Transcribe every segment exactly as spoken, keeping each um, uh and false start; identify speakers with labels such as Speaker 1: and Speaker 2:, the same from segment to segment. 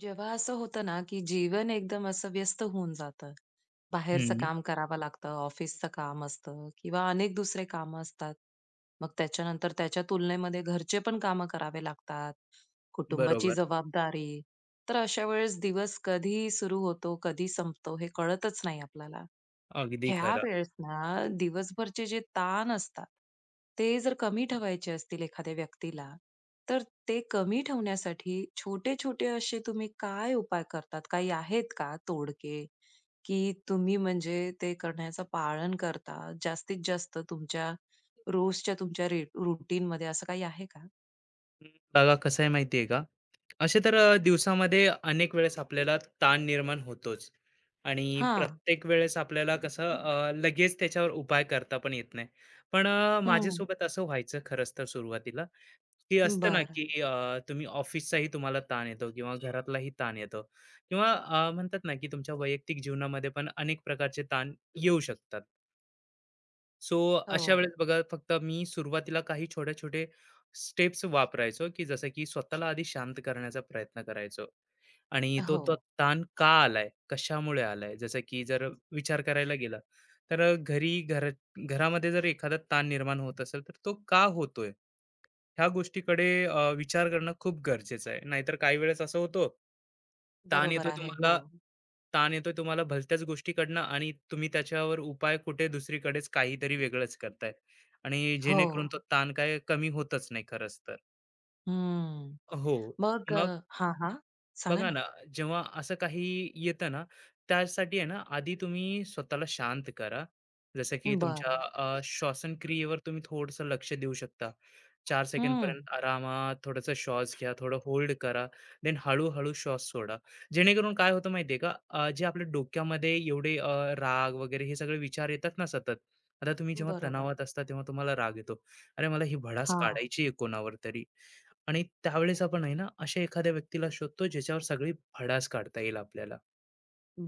Speaker 1: जेव्हा असं होतं ना, की जीवन एकदम असं व्यस्त होऊन जातं. बाहेरचं
Speaker 2: हं,
Speaker 1: काम करावं लागतं, ऑफिसचं काम असतं किंवा अनेक दुसरे कामं असतात. मग त्याच्यानंतर त्याच्या तुलनेमध्ये घरचे पण कामं करावे लागतात, कुटुंबाची
Speaker 2: बरोबर.
Speaker 1: जबाबदारी. तर अशा वेळेस दिवस कधी सुरू होतो, कधी संपतो हे कळतच नाही आपल्याला.
Speaker 2: अगदी
Speaker 1: ह्या
Speaker 2: खरं.
Speaker 1: वेळेस ना दिवसभरचे जे ताण असतात, ते जर कमी ठेवायचे असतील एखाद्या व्यक्तीला, तर ते कमी ठेवण्यासाठी छोटे-छोटे असे तुम्ही काय उपाय करतात? काही आहेत का तोड़के, की तुम्ही म्हणजे ते करण्याचं पालन करता जास्तीत जास्त तुमच्या रोजच्या तुमच्या रे रूटीनमध्ये असं काही आहे का?
Speaker 2: बघा कसं आहे माहिती आहे का? असे तर अ, दिवसामध्ये अनेक वेळेस आपल्याला ताण निर्माण होतोच आणि
Speaker 1: हां.
Speaker 2: प्रत्येक वेळेस आपल्याला कसं अ, लगेच त्याच्यावर उपाय करता पण येत नाही. पण अ,
Speaker 1: हं.
Speaker 2: माझ्यासोबत असं व्हायचं खरंच तर सुरुवातीला, की असतं ना
Speaker 1: बरं.
Speaker 2: की अ, तुम्ही ऑफिसचाही तुम्हाला ताण येतो किंवा घरातलाही ताण येतो किंवा अ, म्हणतात ना की तुमच्या वैयक्तिक जीवनामध्ये पण अनेक प्रकारचे ताण येऊ शकतात. सो अशा
Speaker 1: हो.
Speaker 2: वेळेस बघा फक्त मी सुरुवातीला काही छोटे छोटे स्टेप्स वापरायचो की जसं की स्वतःला आधी शांत करण्याचा प्रयत्न करायचो आणि तो
Speaker 1: हो.
Speaker 2: तो ताण का आलाय कशामुळे आलाय जसं की जर विचार करायला गेला तर घरी घर घरामध्ये जर एखादा ताण निर्माण होत असेल तर तो का होतोय ह्या गोष्टीकडे अ, विचार करणं खूप गरजेचं आहे. नाहीतर काही वेळेस असं होतो, ताण
Speaker 1: बरोबर
Speaker 2: येतोय
Speaker 1: आहे. हो.
Speaker 2: तुम्हाला ताण येतोय तुम्हाला भलत्याच गोष्टीकडनं आणि तुम्ही त्याच्यावर उपाय कुठे दुसरीकडेच काहीतरी वेगळंच करताय आणि
Speaker 1: हो.
Speaker 2: जेणेकरून तो ताण काय कमी होतच नाही खरंच तर.
Speaker 1: हं.
Speaker 2: हो,
Speaker 1: मग अ हां, हां. सांगा
Speaker 2: बघा
Speaker 1: ना.
Speaker 2: ना, जेव्हा असं काही येतं ना, त्यासाठी आहे ना, आधी तुम्ही स्वतःला शांत करा. जसं की तुमच्या
Speaker 1: बरं.
Speaker 2: अ, श्वासक्रियेवर तुम्ही थोडंसं लक्ष देऊ शकता. चार
Speaker 1: हं.
Speaker 2: सेकंदपर्यंत आरामात थोडासा श्वास घ्या, थोडं होल्ड करा, देन हळू-हळू श्वास सोडा. जेणेकरून काय होतं माहिती का, अ, जे आपल्या डोक्यामध्ये एवढे अ, राग वगैरे हे सगळे विचार येतात ना सतत. आता तुम्ही जेव्हा
Speaker 1: बरोबर.
Speaker 2: तणावात असता, तेव्हा तुम्हाला राग येतो. अरे, मला ही भडास
Speaker 1: हां.
Speaker 2: काढायची आहे कोणावर तरी. आणि त्यावेळेस आपण आहे ना, अशा एखाद्या व्यक्तीला शोधतो, ज्याच्यावर सगळी भडास काढता येईल आपल्याला.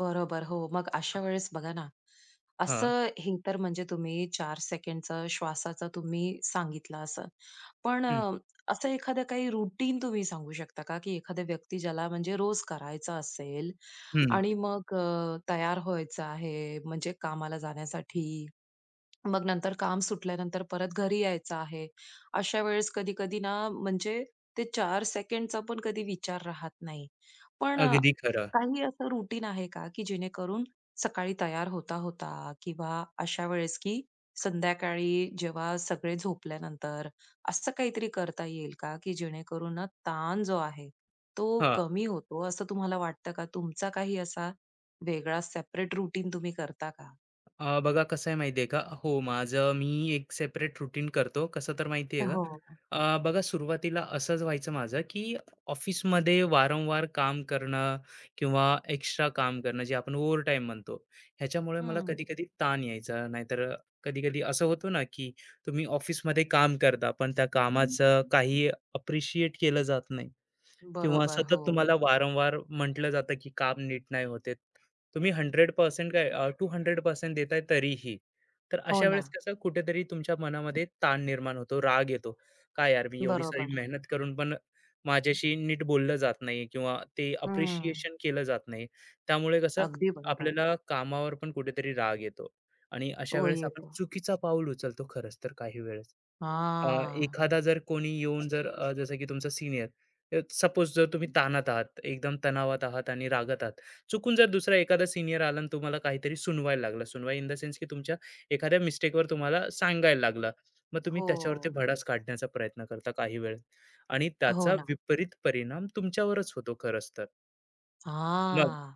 Speaker 1: बरोबर. हो, मग अशा वेळेस बघा ना,
Speaker 2: हां.
Speaker 1: असं हे तर म्हणजे तुम्ही चार सेकंडचं श्वासाचं तुम्ही सांगितलं असं. पण
Speaker 2: हं,
Speaker 1: अ, असं एखादं काही रूटीन तुम्ही सांगू शकता का, की एखाद्या व्यक्ती ज्याला म्हणजे रोज करायचं असेल
Speaker 2: हं.
Speaker 1: आणि मग अ, तयार व्हायचं आहे म्हणजे कामाला जाण्यासाठी मग नंतर काम सुटल्यानंतर परत घरी यायचं आहे. अशा वेळेस कधी-कधी ना म्हणजे ते चार सेकंडचा पण कधी विचार राहत नाही. पण अ,
Speaker 2: अगदी खरं.
Speaker 1: काही असं रुटीन आहे का, की जेणेकरून सकाळी तयार होता-होता किंवा अशा वेळेस की संध्याकाळी जेव्हा सगळे झोपल्यानंतर असं काहीतरी करता येईल का, की जेणेकरून ना ताण जो आहे तो
Speaker 2: हां.
Speaker 1: कमी होतो, असं तुम्हाला वाटतं का? तुमचा काही असा वेगळा सेपरेट रुटीन तुम्ही करता का?
Speaker 2: अ, बघा कसं आहे माहिती आहे का? हो, माझं मी एक सेपरेट रूटीन करतो. कसं तर माहिती आहे का?
Speaker 1: हो.
Speaker 2: अ, बघा सुरुवातीला असंच व्हायचं माझं, की ऑफिसमध्ये वारंवार काम करणं किंवा एक्स्ट्रा काम करणं जे आपण ओव्हरटाईम म्हणतो, ह्याच्यामुळे मला
Speaker 1: हं.
Speaker 2: कधी-कधी ताण यायचा. नाहीतर अ, कधी-कधी असं होतं ना, की तुम्ही ऑफिसमध्ये काम करता, पण त्या कामाचं काही अप्रिशिएट केलं जात नाही. किंवा
Speaker 1: बरोबर. हो.
Speaker 2: सतत तुम्हाला वारंवार म्हटलं जातं की काम नीट नाही होते. तुम्ही शंभर टक्के काय अ, दोनशे टक्के देताय तरीही. तर
Speaker 1: हो
Speaker 2: अशा
Speaker 1: ना.
Speaker 2: वेळेस कसं कुठेतरी तुमच्या मनामध्ये ताण निर्माण होतो, राग येतो. "काय यार, मी एवढी सारी
Speaker 1: बरोबर.
Speaker 2: मेहनत करून पण माझ्याशी नीट बोललं जात नाही किंवा ते
Speaker 1: हं.
Speaker 2: अप्रिशिएशन केलं जात नाही." त्यामुळे कसं
Speaker 1: अगदी बरोबर.
Speaker 2: आपल्याला कामावर पण कुठेतरी राग येतो आणि अशा
Speaker 1: हो
Speaker 2: वेळेस आपण
Speaker 1: येतो.
Speaker 2: चुकीचा पाऊल उचलतो खरंच तर काही वेळेस. अ,
Speaker 1: हां.
Speaker 2: एखादा जर कोणी येऊन जर अ, जसं की तुमचा सीनियर, सपोज जर तुम्ही ताणात आहात एकदम तणावात आहात आणि रागात आहात, चुकून जर दुसरा एखादा सिनियर आला आणि तुम्हाला काहीतरी सुनवायला लागला, सुनवाई इन द सेन्स की तुमच्या एखाद्या मिस्टेकवर तुम्हाला सांगायला लागला, मग तुम्ही
Speaker 1: हो.
Speaker 2: त्याच्यावरती भडास काढण्याचा प्रयत्न करता काही वेळ आणि
Speaker 1: हो
Speaker 2: त्याचा
Speaker 1: ना.
Speaker 2: विपरीत परिणाम तुमच्यावरच होतो खरंच तर.
Speaker 1: हां.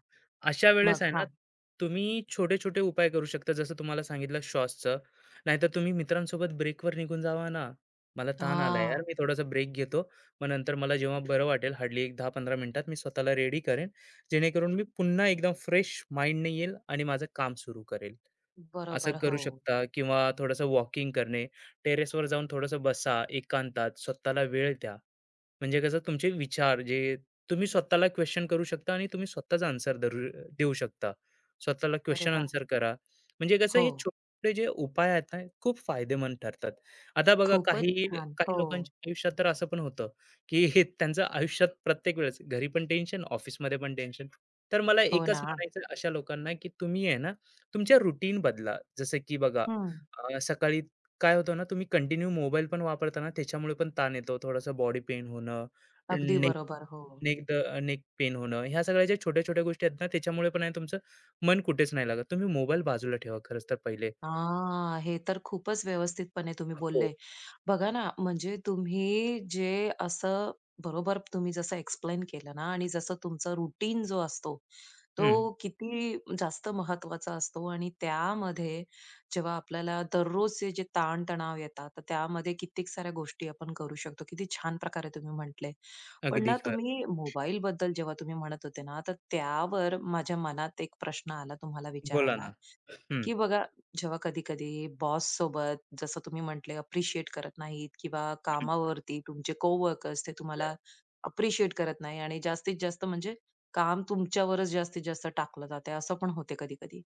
Speaker 2: अशा वेळेस
Speaker 1: मग
Speaker 2: आहे ना,
Speaker 1: हां.
Speaker 2: तुम्ही छोटे-छोटे उपाय करू शकता. जसं तुम्हाला सांगितलं श्वासचं. नाहीतर तुम्ही मित्रांसोबत ब्रेकवर निघून जावा ना. मला ताण आलाय यार,
Speaker 1: हां.
Speaker 2: मी थोडासा ब्रेक घेतो. मग नंतर मला जेव्हा बरं वाटेल हार्डली एक दहा ते पंधरा मिनिटात मी स्वतःला रेडी करेन. जेणेकरून मी पुन्हा एकदम फ्रेश माइंडने येईल आणि माझं काम सुरू करेल. असं
Speaker 1: बरोबर.
Speaker 2: करू
Speaker 1: हो.
Speaker 2: शकता किंवा थोडंसं वॉकिंग करणे, टेरेसवर जाऊन थोडंसं बसा एकांतात, स्वतःला वेळ द्या. म्हणजे कसं तुमचे विचार जे तुम्ही स्वतःला क्वेश्चन करू शकता आणि तुम्ही स्वतःचा आन्सर देऊ शकता. स्वतःला
Speaker 1: अरे
Speaker 2: क्वेशन
Speaker 1: वाह!
Speaker 2: आन्सर करा. म्हणजे कसं
Speaker 1: हो.
Speaker 2: हे छोटे जे उपाय आहेत ना, खूप फायदेमंद ठरतात. आता बघा
Speaker 1: खूपच
Speaker 2: काही
Speaker 1: छान.
Speaker 2: काही
Speaker 1: हो.
Speaker 2: लोकांच्या आयुष्यात तर असं पण होतं, की हे त्यांचं आयुष्यात प्रत्येक वेळेस घरी पण टेन्शन, ऑफिसमध्ये पण टेन्शन. तर मला
Speaker 1: हो
Speaker 2: एकच
Speaker 1: ना.
Speaker 2: म्हणायचं अशा लोकांना, की तुम्ही आहे ना तुमच्या रुटीन बदला. जसं की बघा,
Speaker 1: हं.
Speaker 2: अ, सकाळी काय होतं ना, तुम्ही कंटिन्यू मोबाईल पण वापरता ना, त्याच्यामुळे पण ताण येतो. थोडासा बॉडी पेन होणं,
Speaker 1: अगदी
Speaker 2: नेक
Speaker 1: बरोबर. हो.
Speaker 2: नेक द नेक पेन होणं, ह्या सगळ्या ज्या छोट्या-छोट्या गोष्टी आहेत ना, त्याच्यामुळे पण आहे तुमचं मन कुठेच नाही लागत. तुम्ही मोबाईल बाजूला ठेवा खरंच तर पहिले.
Speaker 1: हां, हे तर खूपच व्यवस्थितपणे तुम्ही
Speaker 2: हो.
Speaker 1: बोलले. बघा ना, म्हणजे तुम्ही जे असं बरोबर तुम्ही जसं एक्सप्लेन केलं ना आणि जसं तुमचा रुटीन जो असतो, तो
Speaker 2: हं.
Speaker 1: किती जास्त महत्वाचा असतो आणि त्यामध्ये जेव्हा आपल्याला दररोजचे जे ताण-तणाव येतात, तर त्यामध्ये कित्येक साऱ्या गोष्टी आपण करू शकतो. किती छान प्रकारे तुम्ही म्हटले. पण
Speaker 2: अगदी
Speaker 1: ना
Speaker 2: खरं.
Speaker 1: तुम्ही मोबाईलबद्दल जेव्हा तुम्ही म्हणत होते ना, तर त्यावर माझ्या मनात एक प्रश्न आला तुम्हाला
Speaker 2: बोला
Speaker 1: विचारायला,
Speaker 2: ना. हं,
Speaker 1: की बघा, जेव्हा कधी-कधी बॉससोबत जसं तुम्ही म्हटले अप्रिशिएट करत नाहीत किंवा
Speaker 2: हं.
Speaker 1: कामावरती तुमचे कोवर्कर्स ते तुम्हाला अप्रिशिएट करत नाही आणि जास्तीत जास्त म्हणजे काम तुमच्यावरच जास्तीत जास्त टाकलं जातंय, असं पण होते कधी-कधी.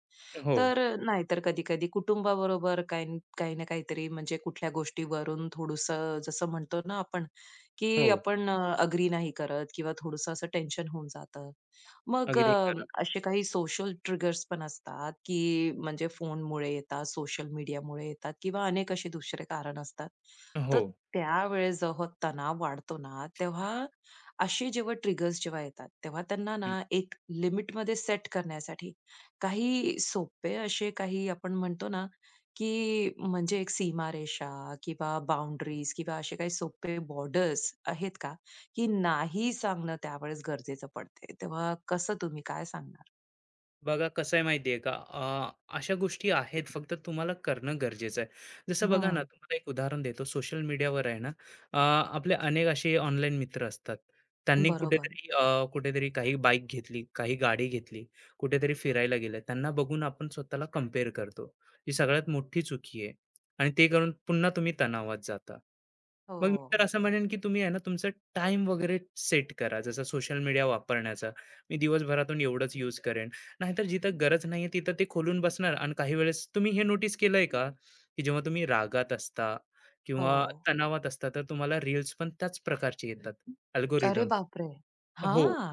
Speaker 2: हो,
Speaker 1: तर अ, नाहीतर कधी-कधी कुटुंबाबरोबर काही काही ना काहीतरी म्हणजे कुठल्या गोष्टीवरून थोडंसं जसं म्हणतो ना आपण, की
Speaker 2: हो.
Speaker 1: आपण अ, अग्री नाही करत किंवा थोडंसं असं टेन्शन होऊन जातं. मग
Speaker 2: अगदी
Speaker 1: अ,
Speaker 2: खरं.
Speaker 1: असे काही सोशल ट्रिगर्स पण असतात, की म्हणजे फोनमुळे येतात, सोशल मीडियामुळे येतात किंवा अनेक असे दुसरे कारण असतात. तर
Speaker 2: हो.
Speaker 1: त्यावेळेस जेव्हा तणाव वाढतो ना, तेव्हा असे जेव्हा ट्रिगर्स जेव्हा येतात, तेव्हा त्यांना ना एक लिमिटमध्ये सेट करण्यासाठी काही सोपे असे काही आपण म्हणतो ना, की म्हणजे एक सीमारेषा किंवा बाउंडरीज किंवा असे काही सोपे बॉर्डर्स आहेत का? की नाही सांगणं त्यावेळेस गरजेचं पडते. तेव्हा कसं तुम्ही काय सांगणार?
Speaker 2: बघा कसं आहे माहिती आहे का, अ, अशा गोष्टी आहेत फक्त तुम्हाला करणं गरजेचं आहे. जसं बघा ना
Speaker 1: हं,
Speaker 2: तुम्हाला एक उदाहरण देतो, सोशल मीडियावर आहे ना, अ, आपले अनेक असे ऑनलाईन मित्र असतात. त्यांनी
Speaker 1: बरोबर.
Speaker 2: कुठेतरी अ, कुठेतरी काही बाईक घेतली काही गाडी घेतली कुठेतरी फिरायला गेले, त्यांना बघून आपण स्वतःला कम्पेअर करतो. ही सगळ्यात मोठी चुकी आहे आणि ते करून पुन्हा तुम्ही तणावात जाता. मग मी तर
Speaker 1: हो,
Speaker 2: असं म्हणेन की तुम्ही आहे ना तुमचं टाइम वगैरे सेट करा, जसं सोशल मीडिया वापरण्याचा, मी दिवसभरातून एवढंच यूज करेन. नाहीतर जिथं गरज नाहीये तिथं ते खोलून बसणार आणि काही वेळेस तुम्ही हे नोटीस केलंय का? की जेव्हा तुम्ही रागात असता
Speaker 1: हो.
Speaker 2: किंवा तणावात असता, तर तुम्हाला रील्स पण त्याच प्रकारचे येतात,
Speaker 1: अरे
Speaker 2: अल्गोरिदम्स.
Speaker 1: बापरे!
Speaker 2: हो,
Speaker 1: हां.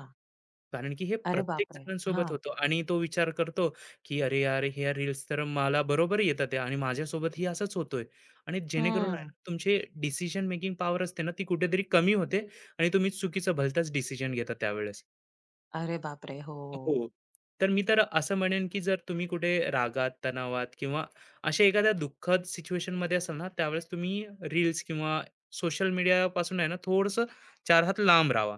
Speaker 2: कारण की हे
Speaker 1: अरे
Speaker 2: प्रत्येक
Speaker 1: बापरे!
Speaker 2: जणांसोबत
Speaker 1: हां.
Speaker 2: होतं आणि तो विचार करतो, की "अरे यार, ह्या रील्स तर मला बरोबर येतात आहे आणि माझ्यासोबतही असंच होतोय." आणि जेणेकरून आहे ना,
Speaker 1: हं.
Speaker 2: तुमची डिसिजन मेकिंग पॉवर असते ना, ती कुठेतरी कमी होते आणि तुम्ही चुकीचं भलताच डिसिजन घेता त्यावेळेस.
Speaker 1: अरे बापरे! हो.
Speaker 2: हो. तर मी तर असं म्हणेन, की जर तुम्ही कुठे रागात, तणावात किंवा अशा एखाद्या दुःखद सिच्युएशनमध्ये असाल ना, त्यावेळेस तुम्ही रील्स किंवा सोशल मीडियापासून आहे ना, थोडंसं चार हात लांब राहावा.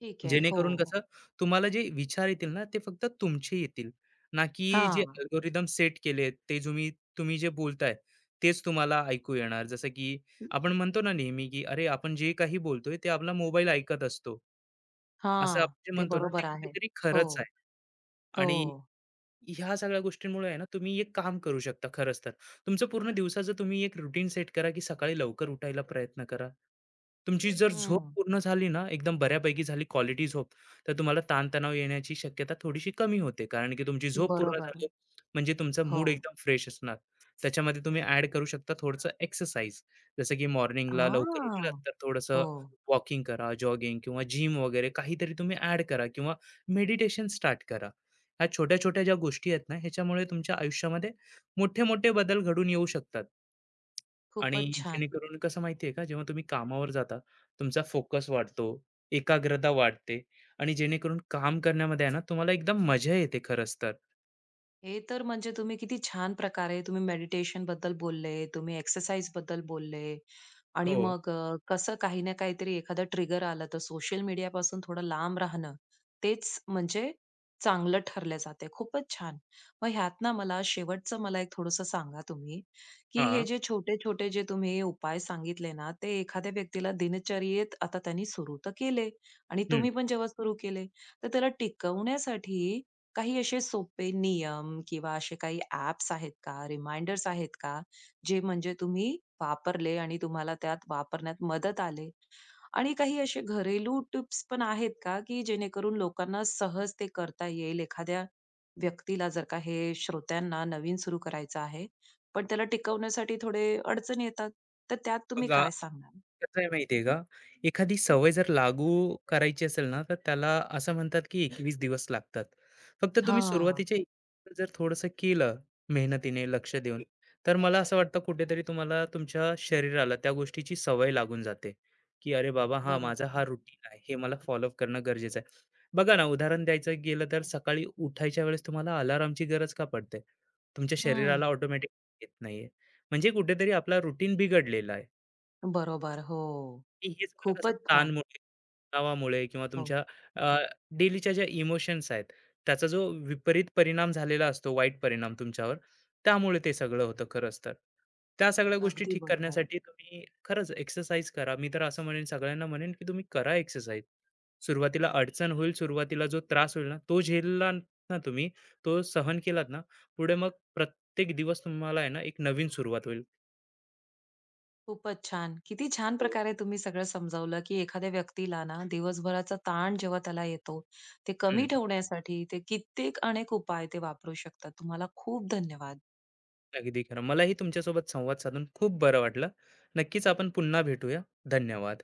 Speaker 1: ठीक आहे. हो.
Speaker 2: जेणेकरून कसं तुम्हाला जे विचार येतील ना, ते फक्त तुमचे येतील. ना की जे
Speaker 1: हां.
Speaker 2: अल्गोरिदम सेट केलेत, ते तुम्ही तुम्ही जे बोलताय, तेच तुम्हाला ऐकू येणार. जसं की आपण म्हणतो ना नेहमी, की "अरे, आपण जे काही बोलतोय, ते आपला मोबाईल ऐकत असतो." असं
Speaker 1: हां.
Speaker 2: आपण जे
Speaker 1: ते
Speaker 2: म्हणतो ना, ते
Speaker 1: बरोबर आहे.
Speaker 2: कुठेतरी
Speaker 1: हो,
Speaker 2: खरंच आहे.
Speaker 1: हो.
Speaker 2: आणि ह्या सगळ्या गोष्टींमुळे आहे ना तुम्ही एक काम करू शकता खरंच तर. तुमचं पूर्ण दिवसाचं तुम्ही एक रुटीन सेट करा, की सकाळी लवकर उठायला प्रयत्न करा. तुमची जर बरोबर झोप
Speaker 1: हं.
Speaker 2: पूर्ण झाली ना, एकदम बऱ्यापैकी झाली क्वालिटी झोप, तर तुम्हाला ताणतणाव येण्याची शक्यता थोडीशी कमी होते. कारण की तुमची झोप पूर्ण
Speaker 1: बरोबर.
Speaker 2: झाली म्हणजे तुमचा
Speaker 1: हो.
Speaker 2: मूड एकदम फ्रेश असणार. त्याच्यामध्ये तुम्ही ॲड करू शकता थोडंसं एक्सरसाइज. जसं की मॉर्निंगला लवकर
Speaker 1: हां.
Speaker 2: उठलात तर
Speaker 1: हो.
Speaker 2: थोडंसं वॉकिंग करा, जॉगिंग किंवा जिम वगैरे काहीतरी तुम्ही ॲड करा किंवा मेडिटेशन स्टार्ट करा. ह्या छोट्या-छोट्या ज्या गोष्टी आहेत ना, ह्याच्यामुळे तुमच्या आयुष्यामध्ये मोठे-मोठे बदल घडून येऊ शकतात. आणि
Speaker 1: खूपच छान.
Speaker 2: जेणेकरून कसं माहिती आहे का, जेव्हा तुम्ही कामावर जाता, तुमचा फोकस वाढतो, एकाग्रता वाढते आणि जेणेकरून काम करण्यामध्ये आहे ना, तुम्हाला एकदम मजा येते खरंच तर.
Speaker 1: हे तर म्हणजे तुम्ही किती छान प्रकारे तुम्ही मेडिटेशन बद्दल बोलले, तुम्ही एक्सरसाइज बद्दल बोलले आणि
Speaker 2: हो.
Speaker 1: मग अ, कसं काही ना काहीतरी एखादं ट्रिगर आलं तर सोशल मीडियापासून थोडं लांब राहणं, तेच म्हणजे चांगलं ठरलं जाते. खूपच छान. मग ह्यात ना मला शेवटचं मला एक थोडंसं सांगा तुम्ही, की हे
Speaker 2: हां.
Speaker 1: जे छोटे-छोटे जे तुम्ही उपाय सांगितले ना, ते एखाद्या व्यक्तीला दिनचर्येत आता त्यांनी सुरू तर केले आणि
Speaker 2: हं.
Speaker 1: तुम्ही पण जेव्हा सुरू केले, तर त्याला टिकवण्यासाठी काही असे सोपे नियम किंवा असे काही ॲप्स आहेत का, रिमाइंडर्स आहेत का, जे म्हणजे तुम्ही वापरले आणि तुम्हाला त्यात वापरण्यात मदत आले? आणि काही असे घरेलू टिप्स पण आहेत का, की जेणेकरून लोकांना सहज ते करता येईल? एखाद्या व्यक्तीला जर का हे श्रोत्यांना नवीन सुरू करायचं आहे, पण त्याला टिकवण्यासाठी थोडे अडचणी येतात, तर त्यात तुम्ही
Speaker 2: मग
Speaker 1: काय सांगणार?
Speaker 2: कसं आहे माहिती आहे का? एखादी सवय जर लागू करायची असेल ना, तर त्याला असं म्हणतात की एकवीस दिवस लागतात. फक्त तुम्ही
Speaker 1: हां,
Speaker 2: सुरुवातीच्या एक दिवस जर थोडंसं केलं मेहनतीने, लक्ष देऊन, तर मला असं वाटतं कुठेतरी तुम्हाला तुमच्या शरीराला त्या गोष्टीची सवय लागून जाते, की "अरे बाबा, हां, माझा
Speaker 1: बरोबर.
Speaker 2: हा रुटीन आहे. हे मला फॉलोअप करणं गरजेचं आहे." बघा ना, उदाहरण द्यायचं गेलं तर सकाळी उठायच्या वेळेस तुम्हाला अलार्मची गरज का पडते? तुमच्या
Speaker 1: हं,
Speaker 2: शरीराला ऑटोमॅटिक येत नाहीये. म्हणजे कुठेतरी आपला रुटीन बिघडलेला आहे.
Speaker 1: बरोबर. हो.
Speaker 2: की हे सगळं कसं
Speaker 1: खूपच छान.
Speaker 2: ताणमुळे, तणावामुळे किंवा
Speaker 1: हो.
Speaker 2: तुमच्या डेलीच्या ज्या इमोशन्स आहेत, त्याचा जो विपरीत परिणाम झालेला असतो, वाईट परिणाम तुमच्यावर, त्यामुळे ते सगळं होतं खरंच तर. त्या सगळ्या गोष्टी
Speaker 1: अगदी
Speaker 2: ठीक
Speaker 1: बरोबर.
Speaker 2: करण्यासाठी तुम्ही खरंच एक्सरसाइज करा. मी तर असं म्हणेन सगळ्यांना म्हणेन, की तुम्ही करा एक्सरसाइज. सुरुवातीला अडचण होईल, सुरुवातीला जो त्रास होईल ना, तो झेलला ना तुम्ही, तो सहन केलात ना, पुढे मग प्रत्येक दिवस तुम्हाला आहे ना, एक नवीन सुरुवात होईल.
Speaker 1: खूपच छान. किती छान
Speaker 2: हो.
Speaker 1: प्रकारे तुम्ही सगळं समजावलं, की एखाद्या व्यक्तीला ना दिवसभराचा ताण जेव्हा त्याला येतो, ते कमी
Speaker 2: हं.
Speaker 1: ठेवण्यासाठी ते कित्येक अनेक उपाय ते वापरू शकतात. तुम्हाला खूप धन्यवाद.
Speaker 2: अगदी खरं. मलाही तुमच्यासोबत संवाद साधून खूप बरं वाटलं. नक्कीच आपण पुन्हा भेटूया. धन्यवाद.